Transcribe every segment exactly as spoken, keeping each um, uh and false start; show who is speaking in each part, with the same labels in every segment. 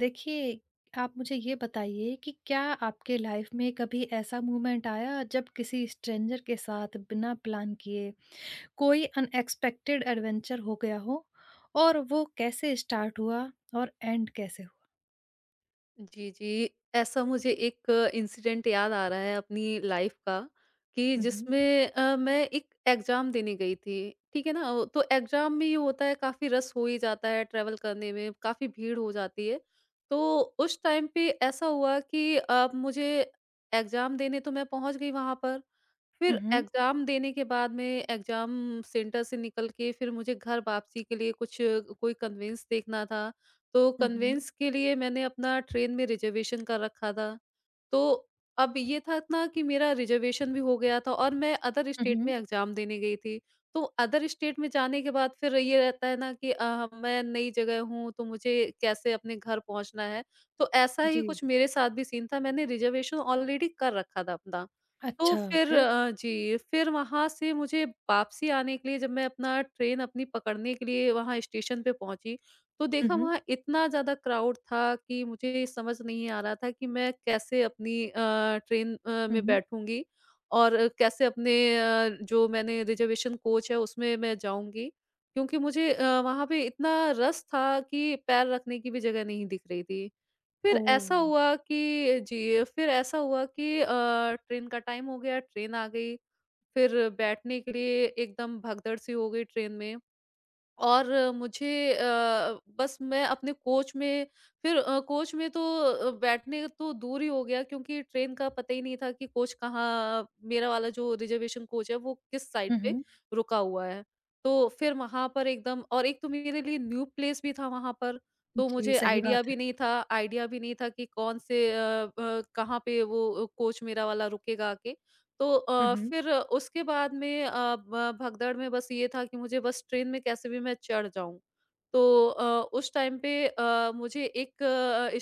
Speaker 1: देखिए, आप मुझे ये बताइए कि क्या आपके लाइफ में कभी ऐसा मोमेंट आया जब किसी स्ट्रेंजर के साथ बिना प्लान किए कोई अनएक्सपेक्टेड एडवेंचर हो गया हो? और वो कैसे स्टार्ट हुआ और एंड कैसे हुआ?
Speaker 2: जी, जी। ऐसा मुझे एक इंसिडेंट याद आ रहा है अपनी लाइफ़ का कि
Speaker 1: हुँ, हुँ।
Speaker 2: जिसमें अ, मैं एक एग्ज़ाम देने गई थी, ठीक है ना? वो- तो एग्ज़ाम में ये होता है काफ़ी रश हो ही जाता है ट्रैवल करने में, काफ़ी भीड़ हो जाती है। तो उस टाइम पे ऐसा हुआ कि अ, मुझे एग्ज़ाम देने तो मैं पहुँच गई वहाँ पर।
Speaker 1: हुँ,
Speaker 2: फिर
Speaker 1: हुँ।
Speaker 2: एग्ज़ाम देने के बाद में एग्ज़ाम सेंटर से निकल के फिर मुझे घर वापसी के लिए कुछ कोई कन्वेंस देखना था, तो
Speaker 1: हुँ, हुँ।
Speaker 2: कन्वेंस के लिए मैंने अपना ट्रेन में रिज़र्वेशन कर रखा था। तो अब ये था ना कि मेरा रिज़र्वेशन भी हो गया था और मैं अदर
Speaker 1: हुँ,
Speaker 2: स्टेट
Speaker 1: हुँ।
Speaker 2: में एग्ज़ाम देने गई थी। तो अदर स्टेट में जाने के बाद फिर ये रहता है ना कि अ, मैं नई जगह हूँ, तो मुझे कैसे अपने घर पहुँचना है। तो ऐसा ही
Speaker 1: जी।
Speaker 2: कुछ मेरे साथ भी सीन था, मैंने रिज़र्वेशन ऑलरेडी कर रखा था अपना। तो
Speaker 1: अच्छा
Speaker 2: फिर
Speaker 1: फिर?
Speaker 2: अ, जी, फिर वहाँ से मुझे वापसी आने के लिए जब मैं अपना ट्रेन अपनी पकड़ने के लिए वहाँ स्टेशन पे पहुँची, तो
Speaker 1: हुँ,
Speaker 2: देखा
Speaker 1: हुँ।
Speaker 2: वहाँ इतना ज़्यादा क्राउड था कि मुझे ये समझ नहीं आ रहा था कि मैं कैसे अपनी अ, ट्रेन अ,
Speaker 1: हुँ,
Speaker 2: में
Speaker 1: हुँ।
Speaker 2: बैठूँगी और अ, कैसे अपने अ, जो मैंने रिज़र्वेशन कोच है उसमें मैं जाऊँगी। क्योंकि मुझे अ, वहाँ पे इतना रश था कि पैर रखने की भी जगह नहीं दिख रही थी। फिर ऐसा
Speaker 1: ओह!
Speaker 2: हुआ कि जी, फिर ऐसा हुआ कि अ, ट्रेन का टाइम हो गया, ट्रेन आ गई, फिर बैठने के लिए एकदम भगदड़ सी हो गई ट्रेन में। और अ, मुझे अ, बस मैं अपने कोच में फिर अ, कोच में तो अ, बैठने तो दूर ही हो गया क्योंकि ट्रेन का पता ही नहीं था कि कोच कहाँ मेरा वाला जो रिजर्वेशन कोच है वो किस साइड
Speaker 1: हुँ,
Speaker 2: पे
Speaker 1: हुँ।
Speaker 2: रुका हुआ है। तो फिर वहाँ पर एकदम और एक तो मेरे लिए न्यू प्लेस भी था वहाँ पर, तो
Speaker 1: जी,
Speaker 2: मुझे
Speaker 1: सही
Speaker 2: आइडिया
Speaker 1: बात है।
Speaker 2: भी नहीं था आइडिया भी नहीं था कि कौन से अ, ब कहाँ पे वो कोच मेरा वाला रुकेगा आके। तो
Speaker 1: हुँ,
Speaker 2: अ,
Speaker 1: हुँ।
Speaker 2: फिर उसके बाद में अ, ब- भगदड़ में बस ये था कि मुझे बस ट्रेन में कैसे भी मैं चढ़ जाऊं। तो अ, उस टाइम पे अ, मुझे एक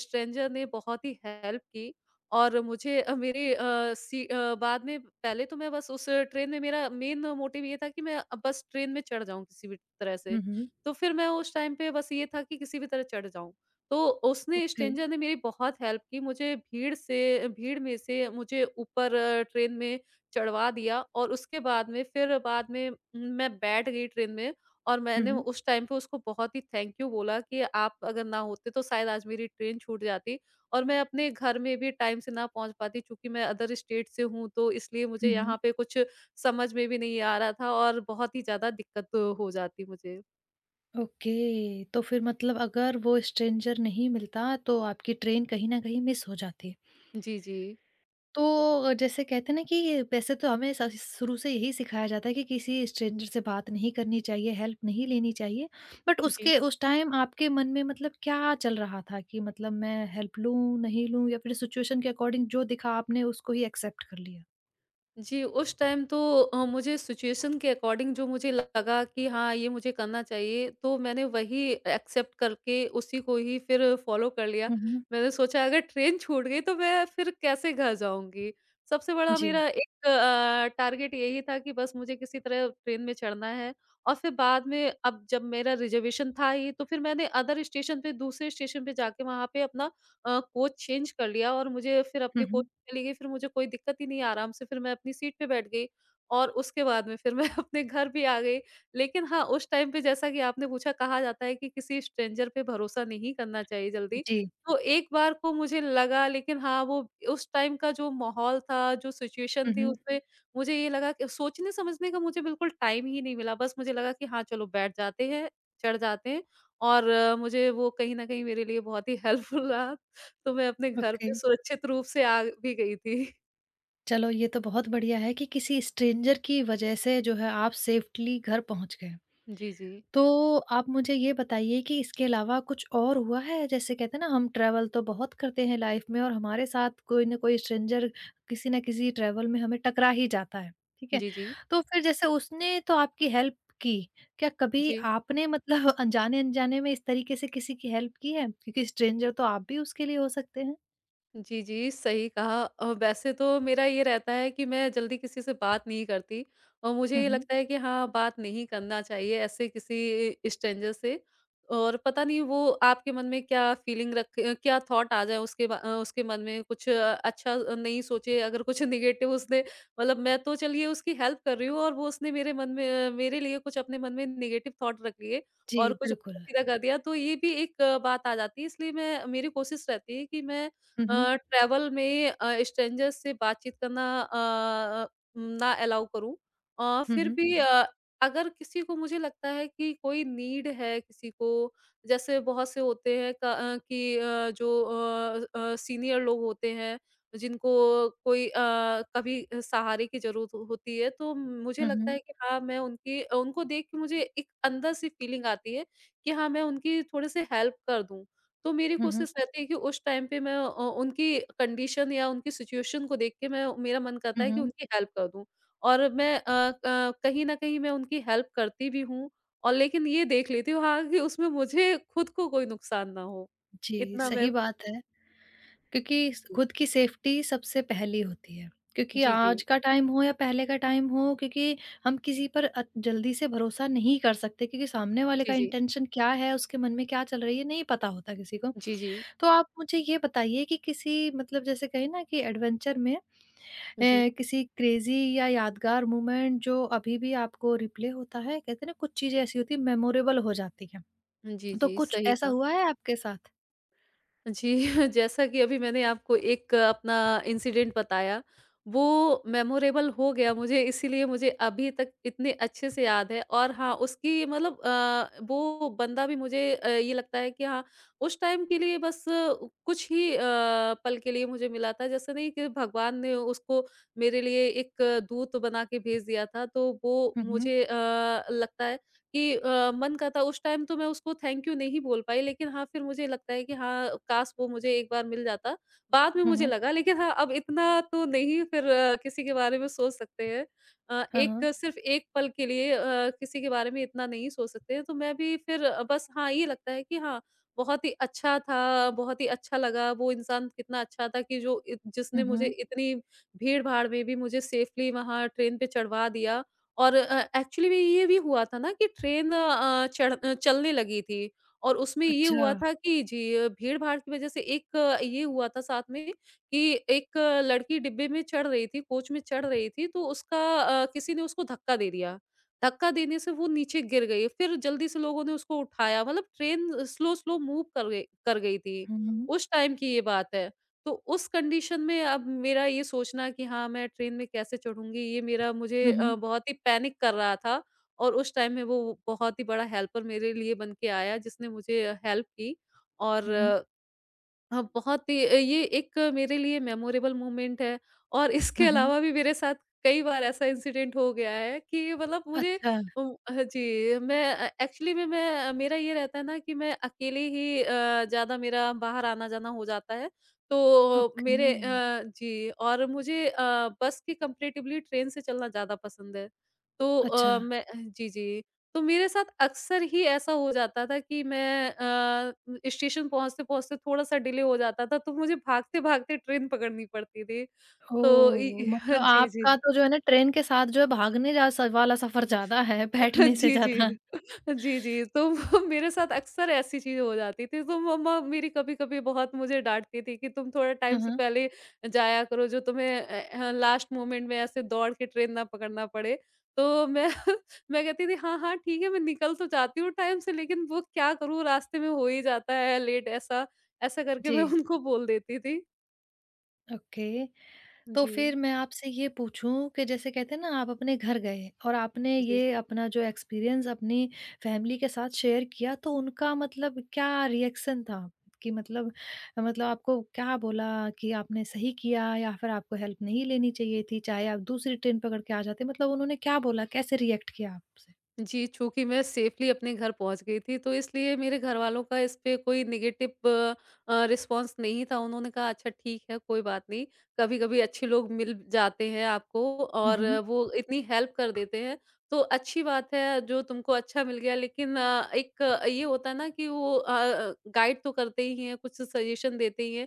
Speaker 2: स्ट्रेंजर ने बहुत ही हेल्प की और मुझे अ, मेरे अ, सी अ, बाद में पहले तो मैं बस उस ट्रेन में मेरा मेन मोटिव ये था कि मैं अब बस ट्रेन में चढ़ जाऊं किसी भी तरह से।
Speaker 1: हुँ, हुँ।
Speaker 2: तो फिर मैं उस टाइम पे बस ये था कि किसी भी तरह चढ़ जाऊं। तो उसने
Speaker 1: ओके।
Speaker 2: स्ट्रेंजर ने मेरी बहुत हेल्प की, मुझे भीड़ से भीड़ में से मुझे ऊपर अ, ट्रेन में चढ़वा दिया और उसके बाद में फिर बाद में मैं बैठ गई ट्रेन में और
Speaker 1: हुँ,
Speaker 2: मैंने
Speaker 1: हुँ।
Speaker 2: उस टाइम पे उसको बहुत ही थैंक यू बोला कि आप अगर ना होते तो शायद आज मेरी ट्रेन छूट जाती और मैं अपने घर में भी टाइम से ना पहुंच पाती क्योंकि मैं अदर स्टेट से हूँ तो इसलिए मुझे
Speaker 1: हुँ, हुँ।
Speaker 2: यहाँ पे कुछ समझ में भी नहीं आ रहा था और बहुत ही ज्यादा दिक्कत हो जाती मुझे।
Speaker 1: ओके, तो फिर मतलब अगर वो स्ट्रेंजर नहीं मिलता, तो आपकी ट्रेन कहीं न कहीं मिस हो जाती।
Speaker 2: जी। जी,
Speaker 1: तो जैसे कहते हैं ना कि वैसे तो हमें स शुरू से यही सिखाया जाता है कि किसी स्ट्रेंजर से बात नहीं करनी चाहिए, हेल्प नहीं लेनी चाहिए। बट
Speaker 2: जी।
Speaker 1: उसके उस टाइम आपके मन में मतलब क्या चल रहा था कि मतलब मैं हेल्प लूँ, नहीं लूँ या फिर सिचुएशन के अकॉर्डिंग जो दिखा आपने उसको ही एक्सेप्ट कर लिया?
Speaker 2: जी, उस टाइम तो अ, मुझे सिचुएशन के अकॉर्डिंग जो मुझे लगा कि हाँ, ये मुझे करना चाहिए, तो मैंने वही एक्सेप्ट करके उसी को ही फिर फॉलो कर लिया।
Speaker 1: हुँ, हुँ।
Speaker 2: मैंने सोचा अगर ट्रेन छूट गई तो मैं फिर कैसे घर जाऊँगी? सबसे बड़ा
Speaker 1: जी।
Speaker 2: मेरा एक अ, टारगेट यही था कि बस मुझे किसी तरह ट्रेन में चढ़ना है और फिर बाद में अब जब मेरा रिज़र्वेशन था ही, तो फिर मैंने अदर स्टेशन पे दूसरे स्टेशन पे जाके वहाँ पे अपना अ, कोच चेंज कर लिया और मुझे फिर अपनी
Speaker 1: हुँ,
Speaker 2: कोच
Speaker 1: हुँ।
Speaker 2: चली गई, फिर मुझे कोई दिक्कत ही नहीं, आराम से फिर मैं अपनी सीट पे बैठ गई और उसके बाद में फिर मैं अपने घर भी आ गई। लेकिन हाँ, उस टाइम पे जैसा कि आपने पूछा, कहा जाता है कि किसी स्ट्रेंजर पे भरोसा नहीं करना चाहिए जल्दी।
Speaker 1: जी।
Speaker 2: तो एक बार को मुझे लगा, लेकिन हाँ, वो उस टाइम का जो माहौल था, जो सिचुएशन
Speaker 1: हुँ,
Speaker 2: थी,
Speaker 1: हुँ।
Speaker 2: उसमें मुझे ये लगा कि सोचने-समझने का मुझे बिल्कुल टाइम ही नहीं मिला। बस मुझे लगा कि हाँ, चलो बैठ जाते हैं, चढ़ जाते हैं और अ, मुझे वो कहीं न कहीं मेरे लिए बहुत ही हेल्पफुल रहा। तो मैं अपने घर
Speaker 1: ओके।
Speaker 2: पे सुरक्षित रूप से आ भी गई थी।
Speaker 1: चलो ये तो बहुत बढ़िया है कि किसी स्ट्रेंजर की वजह से जो है आप सेफ्टली घर पहुंच गए।
Speaker 2: जी, जी।
Speaker 1: तो आप मुझे ये बताइए कि इसके अलावा कुछ और हुआ है? जैसे कहते हैं ना हम ट्रैवल तो बहुत करते हैं लाइफ में और हमारे साथ कोई ना कोई स्ट्रेंजर किसी ना किसी ट्रैवल में हमें टकरा ही जाता है, ठीक है?
Speaker 2: जी, जी।
Speaker 1: तो फिर जैसे उसने तो आपकी हेल्प की, क्या कभी
Speaker 2: जी।
Speaker 1: आपने मतलब अनजाने-अनजाने में इस तरीके से किसी की हेल्प की है? क्योंकि स्ट्रेंजर तो आप भी उसके लिए हो सकते हैं।
Speaker 2: जी, जी, सही कहा। अ, वैसे तो मेरा ये रहता है कि मैं जल्दी किसी से बात नहीं करती और मुझे
Speaker 1: हुँ,
Speaker 2: ये
Speaker 1: हुँ।
Speaker 2: लगता है कि हाँ, बात नहीं करना चाहिए ऐसे किसी स्ट्रेंजर से, और पता नहीं वो आपके मन में क्या फीलिंग रख अ, क्या थॉट आ जाए, उसके बा अ, उसके मन में कुछ अ, अच्छा नहीं सोचे, अगर कुछ नेगेटिव उसने मतलब, मैं तो चलिए उसकी हेल्प कर रही हूँ और वो उसने मेरे मन में अ, मेरे लिए कुछ अपने मन में नेगेटिव थॉट रख लिए और
Speaker 1: जी,
Speaker 2: कुछ
Speaker 1: बिल्कुल।
Speaker 2: उल्टा-सीधा कर दिया, तो ये भी एक अ, बात आ जाती है, इसलिए मैं मेरी कोशिश रहती है कि मैं
Speaker 1: हुँ,
Speaker 2: अ,
Speaker 1: हुँ।
Speaker 2: ट्रैवल में अ, स्ट्रेंजर्स से बातचीत करना अ, ना अलाउ करूँ। अ,
Speaker 1: हुँ,
Speaker 2: फिर
Speaker 1: हुँ।
Speaker 2: भी हुँ। अ, अगर किसी को मुझे लगता है कि कोई नीड है किसी को, जैसे बहुत से होते हैं क अ, कि अ, जो अ अ, सीनियर लोग होते हैं, जिनको कोई अ, कभी सहारे की ज़रूरत होती है, तो मुझे
Speaker 1: हुँ,
Speaker 2: लगता है
Speaker 1: हुँ।
Speaker 2: कि हाँ, मैं उनकी उनको देख के मुझे एक अंदर से फीलिंग आती है कि हाँ, मैं उनकी थोड़े-से हेल्प कर दूँ। तो मेरी
Speaker 1: हुँ, हुँ।
Speaker 2: कोशिश रहती है कि उस टाइम पे मैं अ, उनकी कंडीशन या उनकी सिचुएशन को देख के मैं मेरा मन करता
Speaker 1: हुँ,
Speaker 2: है कि
Speaker 1: हुँ।
Speaker 2: उनकी हेल्प कर दूँ और मैं अ, क कहीं न कहीं मैं उनकी हेल्प करती भी हूँ, और लेकिन ये देख लेती हूँ हाँ, कि उसमें मुझे खुद को कोई नुकसान ना हो।
Speaker 1: जी,
Speaker 2: इतना मैं।
Speaker 1: सही बात है। क्योंकि स खुद की सेफ्टी सबसे पहली होती है। क्योंकि
Speaker 2: जी, जी।
Speaker 1: आज का टाइम हो या पहले का टाइम हो क्योंकि हम किसी पर अत जल्दी से भरोसा नहीं कर सकते क्योंकि सामने वाले
Speaker 2: जी,
Speaker 1: का
Speaker 2: जी।
Speaker 1: इंटेंशन क्या है, उसके मन में क्या चल रही है, नहीं पता होता किसी को।
Speaker 2: जी, जी।
Speaker 1: तो आप मुझे ये बताइए कि किसी मतलब जैसे कहें ना कि एडवेंचर में अ,
Speaker 2: जी, जी।
Speaker 1: किसी क्रेज़ी या यादगार मोमेंट जो अभी भी आपको रिप्ले होता है, कहते हैं ना कुछ चीज़ें ऐसी होती हैं मेमोरेबल हो जाती हैं।
Speaker 2: जी,
Speaker 1: तो
Speaker 2: जी,
Speaker 1: कुछ
Speaker 2: सही
Speaker 1: ऐसा
Speaker 2: कहा।
Speaker 1: हुआ है आपके साथ?
Speaker 2: जी, जैसा कि अभी मैंने आपको एक अ, अपना इंसिडेंट बताया, वो मेमोरेबल हो गया मुझे इसीलिए मुझे अभी तक इतने अच्छे से याद है और हाँ, उसकी मतलब अ, वो बंदा भी मुझे अ, ये लगता है कि हाँ, उस टाइम के लिए बस अ, कुछ ही अ, पल के लिए मुझे मिला था, जैसे नहीं कि भगवान ने उसको मेरे लिए एक अ, दूत बना के भेज दिया था, तो वो
Speaker 1: हुँ, हुँ।
Speaker 2: मुझे अ, लगता है कि अ, मन करता, उस टाइम तो मैं उसको थैंक यू नहीं बोल पाई, लेकिन हाँ, फिर मुझे लगता है कि हाँ, काश वो मुझे एक बार मिल जाता। बाद में
Speaker 1: हुँ,
Speaker 2: मुझे
Speaker 1: हुँ।
Speaker 2: लगा, लेकिन हाँ, अब इतना तो नहीं फिर अ, किसी के बारे में सोच सकते हैं। अ,
Speaker 1: हाँ,
Speaker 2: एक,
Speaker 1: हाँ।
Speaker 2: सिर्फ़ एक पल के लिए अ, किसी के बारे में इतना नहीं सोच सकते हैं, तो मैं भी फिर अ, बस हाँ, ये लगता है कि हाँ, बहुत ही अच्छा था, बहुत ही अच्छा लगा, वो इंसान कितना अच्छा था कि जो इत जिसने
Speaker 1: हुँ,
Speaker 2: मुझे
Speaker 1: हुँ।
Speaker 2: इतनी भीड़-भाड़ में भी मुझे सेफ़ली वहाँ ट्रेन पे चढ़वा दिया। और अ, एक्चुअली में ये भी हुआ था ना कि ट्रेन अ, चढ़ अ, चलने लगी थी और उसमें ये
Speaker 1: अच्छा।
Speaker 2: हुआ था कि जी, अ, भीड़-भाड़ की वज़ह से एक अ, ये हुआ था साथ में कि एक अ, लड़की डिब्बे में चढ़ रही थी, कोच में चढ़ रही थी, तो उसका अ, किसी ने उसको धक्का दे दिया। धक्का देने से वो नीचे गिर गई, फिर जल्दी से लोगों ने उसको उठाया, मतलब ट्रेन स्लो-स्लो मूव कर गई कर गई थी।
Speaker 1: हुँ, हुँ।
Speaker 2: उस टाइम की ये बात है। तो उस कंडीशन में अब मेरा ये सोचना कि हाँ, मैं ट्रेन में कैसे चढ़ूँगी, ये मेरा मुझे
Speaker 1: हुँ,
Speaker 2: अ,
Speaker 1: हुँ।
Speaker 2: बहुत ही पैनिक कर रहा था और उस टाइम में वो बहुत ही बड़ा हेल्पर मेरे लिए बन के आया, जिसने मुझे हेल्प की और
Speaker 1: हुँ, हुँ।
Speaker 2: हाँ, बहुत ही अ, ये एक मेरे लिए मेमोरेबल मोमेंट है और इसके
Speaker 1: हुँ, हुँ।
Speaker 2: अलावा भी मेरे साथ कई बार ऐसा इंसिडेंट हो गया है कि मतलब मुझे
Speaker 1: अच्छा,
Speaker 2: उम, हाँ जी, मैं अ, एक्चुअली में मैं मेरा ये रहता है ना कि मैं अकेले ही अ, ज़्यादा मेरा बाहर आना-जाना हो जाता है। तो मेरे
Speaker 1: ओके।
Speaker 2: अ, जी और मुझे अ, बस के कंपैरेटिवली ट्रेन से चलना ज़्यादा पसंद है। तो
Speaker 1: अच्छा।
Speaker 2: अ, मैं जी, जी। तो मेरे साथ अक्सर ही ऐसा हो जाता था कि मैं अ, स्टेशन पहुँचते-पहुँचते थोड़ा-सा डिले हो जाता था, तो मुझे भागते-भागते ट्रेन पकड़नी पड़ती थी। तो इ
Speaker 1: ओह! मतलब
Speaker 2: जी,
Speaker 1: आपका
Speaker 2: जी।
Speaker 1: तो जो है ना ट्रेन के साथ जो है भागने जा स वाला सफ़र ज़्यादा है, बैठने से
Speaker 2: जी,
Speaker 1: ज़्यादा।
Speaker 2: जी। जी, जी। तो वो मेरे साथ अक्सर ऐसी चीज़ हो जाती थी, तो मम्मा मेरी कभी-कभी बहुत मुझे डाँटती थी कि तुम थोड़ा टाइम
Speaker 1: हाँ,
Speaker 2: से
Speaker 1: हाँ।
Speaker 2: पहले जाया करो, जो तुम्हें अ अ, लास्ट मोमेंट में ऐसे दौड़ के ट्रेन ना पकड़ना पड़े। तो मैं मैं कहती थी, "हाँ, हाँ, ठीक है, मैं निकल तो जाती हूँ टाइम से, लेकिन वो क्या करूँ, रास्ते में हो ही जाता है लेट।" ऐसा ऐसा करके मैं
Speaker 1: जी,
Speaker 2: उनको बोल देती थी।
Speaker 1: ओके। तो
Speaker 2: जी।
Speaker 1: फिर मैं आपसे ये पूछूँ कि जैसे कहते हैं ना आप अपने घर गए और आपने
Speaker 2: जी।
Speaker 1: ये अपना जो एक्सपीरियंस अपनी फैमिली के साथ शेयर किया तो उनका मतलब क्या रिएक्शन था? कि मतलब मतलब आपको क्या बोला कि आपने सही किया या फिर आपको हेल्प नहीं लेनी चाहिए थी, चाहे आप दूसरी ट्रेन पकड़ के आ जाते? मतलब उन्होंने क्या बोला? कैसे रिएक्ट किया आपसे?
Speaker 2: जी, चूँकि मैं सेफ़ली अपने घर पहुँच गई थी, तो इसलिए मेरे घरवालों का इस पे कोई नेगेटिव अ, रिस्पॉन्स नहीं था। उन्होंने कहा, "अच्छा ठीक है, कोई बात नहीं। कभी-कभी अच्छे लोग मिल जाते हैं आपको
Speaker 1: हुँ,
Speaker 2: और अ,
Speaker 1: हुँ।
Speaker 2: वो इतनी हेल्प कर देते हैं, तो अच्छी बात है जो तुमको अच्छा मिल गया।" लेकिन अ, एक अ, ये होता है ना कि वो अ अ, गाइड तो करते ही हैं, कुछ सजेशन देते ही हैं।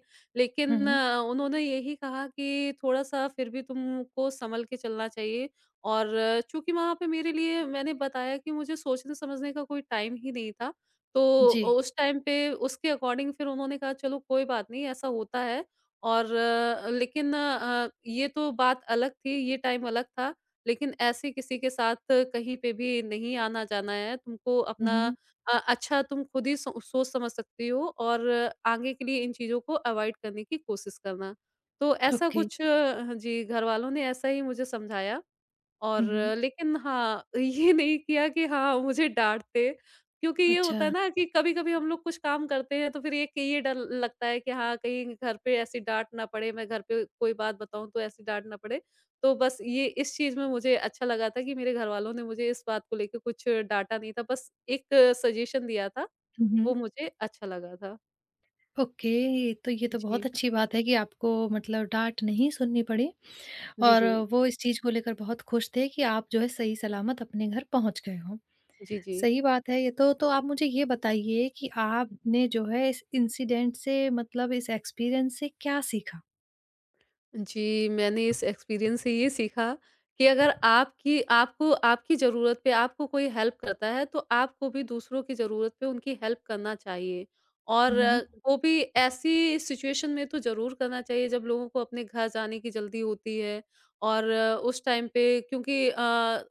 Speaker 1: हुँ,
Speaker 2: लेकिन
Speaker 1: हुँ।
Speaker 2: अ, उन्होंने यही कहा कि थोड़ा-सा फिर भी तुमको सँभल के चलना चाहिए। और चूँकि वहाँ पे मेरे लिए मैंने बताया कि मुझे सोचने-समझने का कोई टाइम ही नहीं था, तो
Speaker 1: जी।
Speaker 2: उस टाइम पे उसके अकॉर्डिंग फिर उन्होंने कहा चलो कोई बात नहीं ऐसा होता है। और अ, लेकिन अ, ये तो बात अलग थी, ये टाइम अलग था, लेकिन ऐसे किसी के साथ कहीं पे भी नहीं आना-जाना है, तुमको
Speaker 1: हुँ,
Speaker 2: अपना
Speaker 1: हुँ।
Speaker 2: अ, अच्छा तुम खुद ही सो सोच समझ सकती हो और आगे के लिए इन चीज़ों को अवॉइड करने की कोशिश करना। तो ऐसा
Speaker 1: ओके।
Speaker 2: कुछ हाँ जी, घरवालों ने ऐसा ही मुझे समझाया। और
Speaker 1: हुँ, हुँ।
Speaker 2: लेकिन हाँ, ये नहीं किया कि हाँ, मुझे डाँटते। क्योंकि ये
Speaker 1: अच्छा।
Speaker 2: होता है ना कि कभी-कभी हम लोग कुछ काम करते हैं तो फिर एक ये डर लगता है कि हाँ, कहीं घर पे ऐसी डाँट ना पड़े, मैं घर पे कोई बात बताऊँ तो ऐसी डाँट ना पड़े। तो बस ये इस चीज़ में मुझे अच्छा लगा था कि मेरे घरवालों ने मुझे इस बात को लेके कुछ डाँटा नहीं था, बस एक सजेशन दिया था,
Speaker 1: हुँ, हुँ।
Speaker 2: वो मुझे अच्छा लगा था।
Speaker 1: ओके, तो ये तो बहुत
Speaker 2: जी।
Speaker 1: अच्छी बात है कि आपको मतलब डाँट नहीं सुननी पड़ी।
Speaker 2: जी,
Speaker 1: और
Speaker 2: जी।
Speaker 1: वो इस चीज़ को लेकर बहुत खुश थे कि आप जो है सही सलामत अपने घर पहुँच गए हो।
Speaker 2: जी, जी।
Speaker 1: सही बात है ये तो। तो आप मुझे ये बताइए कि आपने जो है इस इंसिडेंट से मतलब इस एक्सपीरियंस से क्या सीखा?
Speaker 2: जी, मैंने इस एक्सपीरियंस से ये सीखा कि अगर आपकी आपको आपकी ज़रूरत पे आपको कोई हेल्प करता है, तो आपको भी दूसरों की ज़रूरत पे उनकी हेल्प करना चाहिए। और
Speaker 1: हुँ,
Speaker 2: अ,
Speaker 1: हुँ।
Speaker 2: वो भी ऐसी सिचुएशन में तो ज़रूर करना चाहिए जब लोगों को अपने घर जाने की जल्दी होती है। और अ, उस टाइम पे क्योंकि अ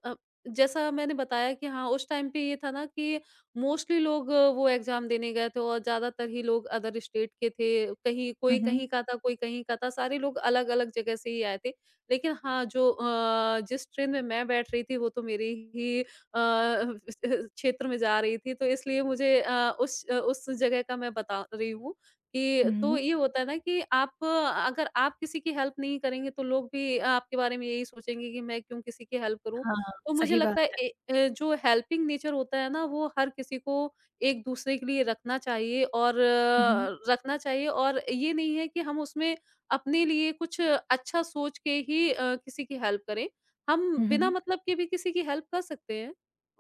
Speaker 2: अ, जैसा मैंने बताया कि हाँ, उस टाइम पे ये था ना कि मोस्टली लोग अ, वो एग्ज़ाम देने गए थे और ज़्यादातर ही लोग अदर स्टेट के थे, कहीं
Speaker 1: हुँ,
Speaker 2: कोई
Speaker 1: हुँ।
Speaker 2: कहीं का था, कोई कहीं का था, सारे लोग अलग-अलग जगह से ही आए थे। लेकिन हाँ, जो अ, जिस ट्रेन में मैं बैठ रही थी वो तो मेरे ही अ, क्षेत्र में जा रही थी, तो इसलिए मुझे अ, उस अ, उस जगह का मैं बता रही हूँ कि
Speaker 1: हुँ,
Speaker 2: तो
Speaker 1: हुँ।
Speaker 2: ये होता है ना कि आप अ, अगर आप किसी की हेल्प नहीं करेंगे तो लोग भी आपके बारे में यही सोचेंगे कि मैं क्यों किसी की हेल्प करूँ?
Speaker 1: हाँ,
Speaker 2: तो मुझे
Speaker 1: सही बात
Speaker 2: लगता है
Speaker 1: है।
Speaker 2: ए अ, जो हेल्पिंग नेचर होता है ना वो हर किसी को एक-दूसरे के लिए रखना चाहिए और
Speaker 1: हुँ, हुँ।
Speaker 2: अ, रखना चाहिए और ये नहीं है कि हम उसमें अपने लिए कुछ अच्छा सोच के ही अ, किसी की हेल्प करें। हम
Speaker 1: हुँ,
Speaker 2: बिना
Speaker 1: हुँ।
Speaker 2: मतलब के भी किसी की हेल्प कर सकते हैं,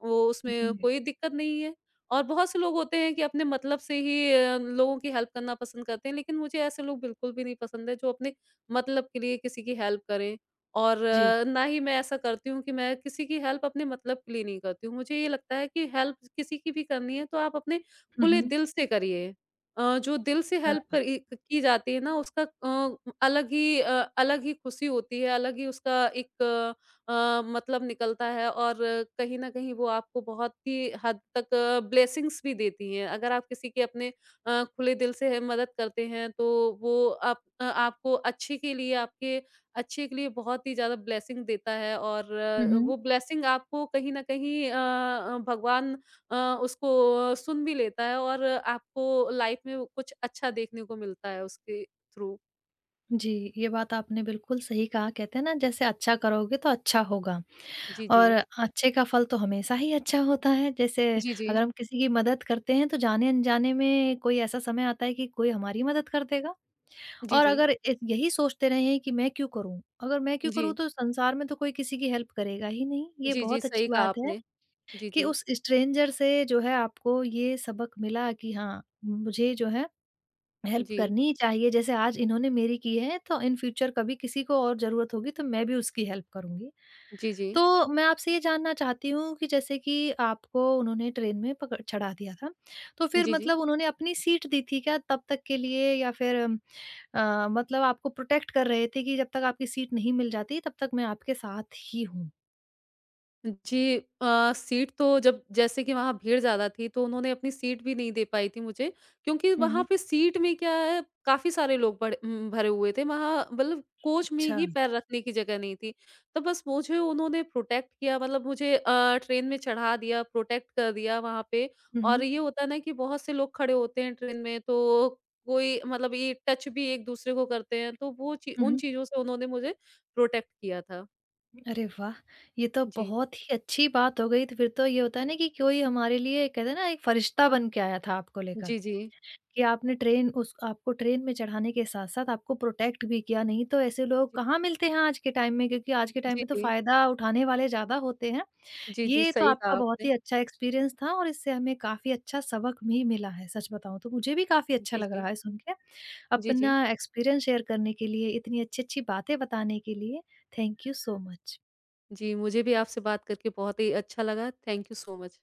Speaker 2: वो
Speaker 1: जी।
Speaker 2: उसमें कोई दिक्कत नहीं है। और बहुत से लोग होते हैं कि अपने मतलब से ही अ, लोगों की हेल्प करना पसंद करते हैं, लेकिन मुझे ऐसे लोग बिल्कुल भी नहीं पसंद है जो अपने मतलब के लिए किसी की हेल्प करें। और
Speaker 1: जी।
Speaker 2: अ, ना ही मैं ऐसा करती हूँ कि मैं किसी की हेल्प अपने मतलब के लिए नहीं करती हूँ। मुझे ये लगता है कि हेल्प किसी की भी करनी है तो आप अपने
Speaker 1: हुँ,
Speaker 2: खुले
Speaker 1: हुँ।
Speaker 2: दिल से करिए। अ, जो दिल से हेल्प
Speaker 1: अच्छा।
Speaker 2: करी की जाती है ना उसका अ, अलग ही अ, अलग ही खुशी होती है, अलग ही उसका एक अ, अ, मतलब निकलता है और कहीं न कहीं वो आपको बहुत ही हद तक ब्लेसिंग्स भी देती हैं। अगर आप किसी की अपने अ, खुले दिल से मदद करते हैं तो वो आप अ, आपको अच्छे के लिए आपके अच्छे के लिए बहुत ही ज़्यादा ब्लेसिंग देता है। और
Speaker 1: हुँ,
Speaker 2: अ,
Speaker 1: हुँ।
Speaker 2: वो ब्लेसिंग आपको कहीं न कहीं अ अ, भगवान अ, उसको सुन भी लेता है और आपको लाइफ में वो कुछ अच्छा देखने को मिलता है उसके थ्रू।
Speaker 1: जी, ये बात आपने बिल्कुल सही कहा। कहते हैं ना जैसे अच्छा करोगे तो अच्छा होगा।
Speaker 2: जी, जी।
Speaker 1: और अच्छे का फल तो हमेशा ही अच्छा होता है। जैसे
Speaker 2: जी, जी।
Speaker 1: अगर हम किसी की मदद करते हैं तो जाने-अनजाने में कोई ऐसा समय आता है कि कोई हमारी मदद कर देगा
Speaker 2: जी,
Speaker 1: और
Speaker 2: जी।
Speaker 1: अगर ए यही सोचते रहे कि मैं क्यों करूँ? अगर मैं क्यों करूँ
Speaker 2: जी।
Speaker 1: तो संसार में तो कोई किसी की हेल्प करेगा ही नहीं। ये
Speaker 2: जी, जी,
Speaker 1: बहुत
Speaker 2: सही
Speaker 1: अच्छी
Speaker 2: कहा
Speaker 1: बात है
Speaker 2: आपने। जी,
Speaker 1: कि
Speaker 2: जी।
Speaker 1: उस स्ट्रेंजर से जो है आपको ये सबक मिला कि हाँ, मुझे जो है हेल्प
Speaker 2: जी।
Speaker 1: करनी ही चाहिए। जैसे आज इन्होंने मेरी की है तो इन फ्यूचर कभी किसी को और ज़रूरत होगी तो मैं भी उसकी हेल्प करूँगी।
Speaker 2: जी, जी।
Speaker 1: तो मैं आपसे ये जानना चाहती हूँ कि जैसे कि आपको उन्होंने ट्रेन में पकड़ चढ़ा दिया था, तो फिर
Speaker 2: जी, जी।
Speaker 1: मतलब उन्होंने अपनी सीट दी थी क्या तब तक के लिए या फिर अम, अ, मतलब आपको प्रोटेक्ट कर रहे थे कि जब तक आपकी सीट नहीं मिल जाती तब तक मैं आपके साथ ही हूँ?
Speaker 2: जी अ, सीट तो जब जैसे कि वहाँ भीड़ ज़्यादा थी, तो उन्होंने अपनी सीट भी नहीं दे पाई थी मुझे, क्योंकि वहाँ
Speaker 1: हुँ।
Speaker 2: पे सीट में क्या है, काफ़ी सारे लोग बड़े उम, भरे हुए थे। वहाँ मतलब कोच में
Speaker 1: अच्छा।
Speaker 2: ही पैर रखने की जगह नहीं थी। तो बस मुझे उन्होंने प्रोटेक्ट किया मतलब मुझे अ, ट्रेन में चढ़ा दिया, प्रोटेक्ट कर दिया वहाँ पे।
Speaker 1: हुँ,
Speaker 2: और
Speaker 1: हुँ।
Speaker 2: ये होता है ना कि बहुत से लोग खड़े होते हैं ट्रेन में, तो कोई मतलब ये टच भी एक-दूसरे को करते हैं, तो वो ची
Speaker 1: हुँ,
Speaker 2: उन
Speaker 1: हुँ।
Speaker 2: चीज़ों से उन्होंने मुझे प्रोटेक्ट किया था।
Speaker 1: अरे वाह! ये तो
Speaker 2: जी।
Speaker 1: बहुत ही अच्छी बात हो गई तो फिर तो ये होता है ना कि कोई हमारे लिए कहते हैं ना एक फरिश्ता बन के आया था आपको लेकर।
Speaker 2: जी, जी।
Speaker 1: कि आपने ट्रेन उस आपको ट्रेन में चढ़ाने के साथ-साथ आपको प्रोटेक्ट भी किया, नहीं तो ऐसे लोग कहाँ मिलते हैं आज के टाइम में क्योंकि आज के टाइम
Speaker 2: जी,
Speaker 1: में तो
Speaker 2: जी।
Speaker 1: फ़ायदा उठाने वाले ज़्यादा होते हैं।
Speaker 2: जी, जी,
Speaker 1: ये तो
Speaker 2: सही कहा
Speaker 1: आपका बहुत
Speaker 2: आपने।
Speaker 1: ही अच्छा एक्सपीरियंस था और इससे हमें काफ़ी अच्छा सबक भी मिला है, सच बताऊँ तो मुझे भी काफ़ी अच्छा
Speaker 2: जी,
Speaker 1: लग रहा
Speaker 2: जी।
Speaker 1: है सुन के।
Speaker 2: जी, जी।
Speaker 1: अपना एक्सपीरियंस शेयर करने के लिए, इतनी अच्छी-अच्छी बातें बताने के लिए, थैंक यू सो मच।
Speaker 2: जी, मुझे भी आपसे बात करके बहुत ही अच्छा लगा। Thank you so much.